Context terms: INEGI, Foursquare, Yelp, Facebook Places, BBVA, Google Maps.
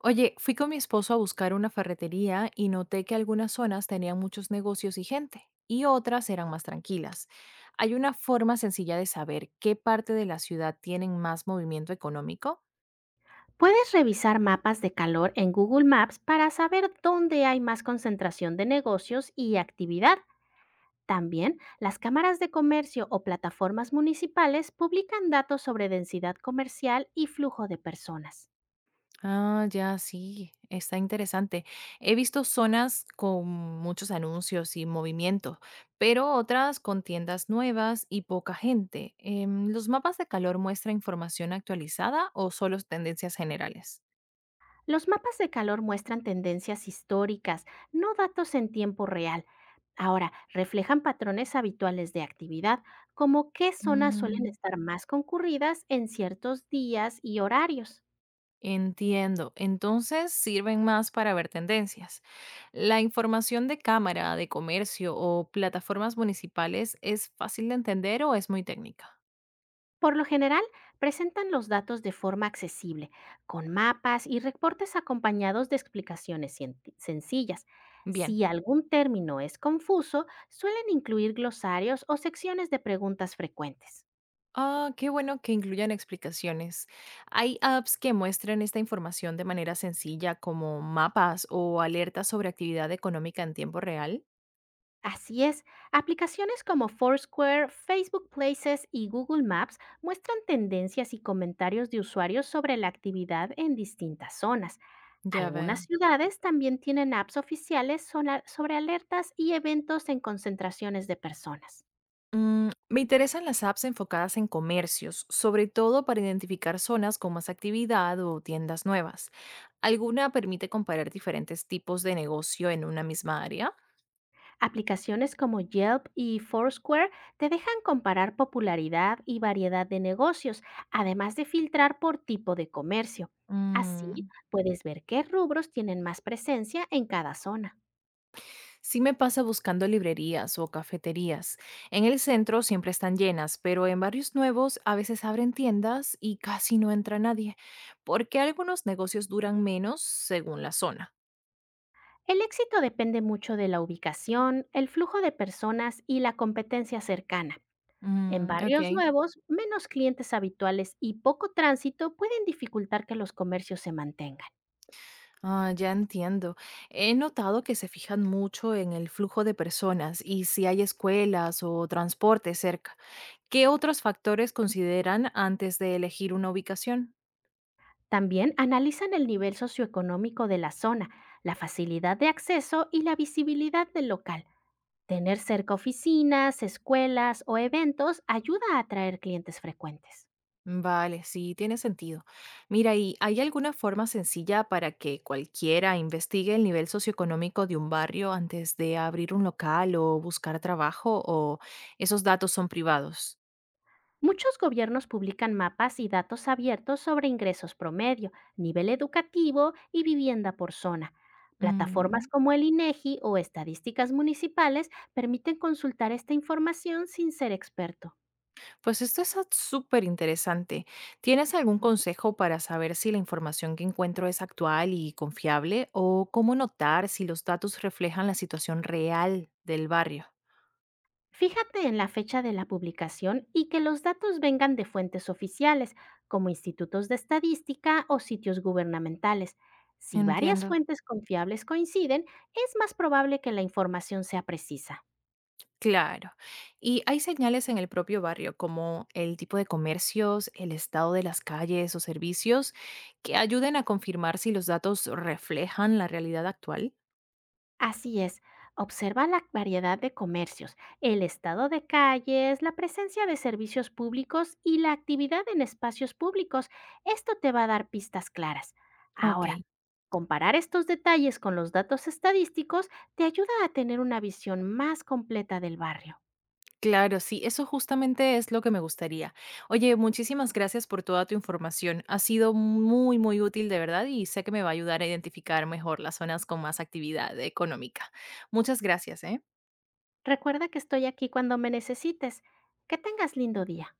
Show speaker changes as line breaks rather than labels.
Oye, fui con mi esposo a buscar una ferretería y noté que algunas zonas tenían muchos negocios y gente, y otras eran más tranquilas. ¿Hay una forma sencilla de saber qué parte de la ciudad tienen más movimiento económico?
Puedes revisar mapas de calor en Google Maps para saber dónde hay más concentración de negocios y actividad. También, las cámaras de comercio o plataformas municipales publican datos sobre densidad comercial y flujo de personas.
Ah, ya, sí, está interesante. He visto zonas con muchos anuncios y movimiento, pero otras con tiendas nuevas y poca gente. ¿Los mapas de calor muestran información actualizada o solo tendencias generales?
Los mapas de calor muestran tendencias históricas, no datos en tiempo real. Ahora, reflejan patrones habituales de actividad, como qué zonas suelen
Mm,
estar más concurridas en ciertos días y horarios.
Entiendo. Entonces sirven más para ver tendencias. La información de cámara, de comercio o plataformas municipales es fácil de entender o es muy técnica.
Por lo general, presentan los datos de forma accesible, con mapas y reportes acompañados de explicaciones sencillas.
Bien.
Si algún término es confuso, suelen incluir glosarios o secciones de preguntas frecuentes.
Ah, qué bueno que incluyan explicaciones. Hay apps que muestran esta información de manera sencilla, como mapas o alertas sobre actividad económica en tiempo real.
Así es, aplicaciones como Foursquare, Facebook Places y Google Maps muestran tendencias y comentarios de usuarios sobre la actividad en distintas zonas.
Ya
Algunas
veo.
ciudades también tienen apps oficiales sobre alertas y eventos en concentraciones de personas.
Me interesan las apps enfocadas en comercios, sobre todo para identificar zonas con más actividad o tiendas nuevas. ¿Alguna permite comparar diferentes tipos de negocio en una misma área?
Aplicaciones como Yelp y Foursquare te dejan comparar popularidad y variedad de negocios, además de filtrar por tipo de comercio. Así
Mm,
puedes ver qué rubros tienen más presencia en cada zona.
sí me pasa buscando librerías o cafeterías. En el centro siempre están llenas, pero en barrios nuevos a veces abren tiendas y casi no entra nadie, porque algunos negocios duran menos según la zona.
El éxito depende mucho de la ubicación, el flujo de personas y la competencia cercana. En
Mm, ok.
barrios nuevos, menos clientes habituales y poco tránsito pueden dificultar que los comercios se mantengan.
Ah, ya entiendo. He notado que se fijan mucho en el flujo de personas y si hay escuelas o transporte cerca. ¿Qué otros factores consideran antes de elegir una ubicación?
También analizan el nivel socioeconómico de la zona, la facilidad de acceso y la visibilidad del local. Tener cerca oficinas, escuelas o eventos ayuda a atraer clientes frecuentes.
Vale, sí, tiene sentido. Mira, ¿y hay alguna forma sencilla para que cualquiera investigue el nivel socioeconómico de un barrio antes de abrir un local o buscar trabajo o esos datos son privados?
Muchos gobiernos publican mapas y datos abiertos sobre ingresos promedio, nivel educativo y vivienda por zona.
Mm,
Plataformas como el INEGI o estadísticas municipales permiten consultar esta información sin ser experto.
Pues esto es súper interesante. ¿Tienes algún consejo para saber si la información que encuentro es actual y confiable o cómo notar si los datos reflejan la situación real del barrio?
Fíjate en la fecha de la publicación y que los datos vengan de fuentes oficiales, como institutos de estadística o sitios gubernamentales. Si varias
Entiendo.
fuentes confiables coinciden, es más probable que la información sea precisa.
Claro. Y hay señales en el propio barrio, como el tipo de comercios, el estado de las calles o servicios, que ayuden a confirmar si los datos reflejan la realidad actual.
Así es, observa la variedad de comercios, el estado de calles, la presencia de servicios públicos y la actividad en espacios públicos. Esto te va a dar pistas claras.
Ok.
Ahora, comparar estos detalles con los datos estadísticos te ayuda a tener una visión más completa del barrio.
Claro, sí, eso justamente es lo que me gustaría. Oye, muchísimas gracias por toda tu información. Ha sido muy, muy útil de verdad y sé que me va a ayudar a identificar mejor las zonas con más actividad económica. Muchas gracias, ¿eh?
Recuerda que estoy aquí cuando me necesites. Que tengas lindo día.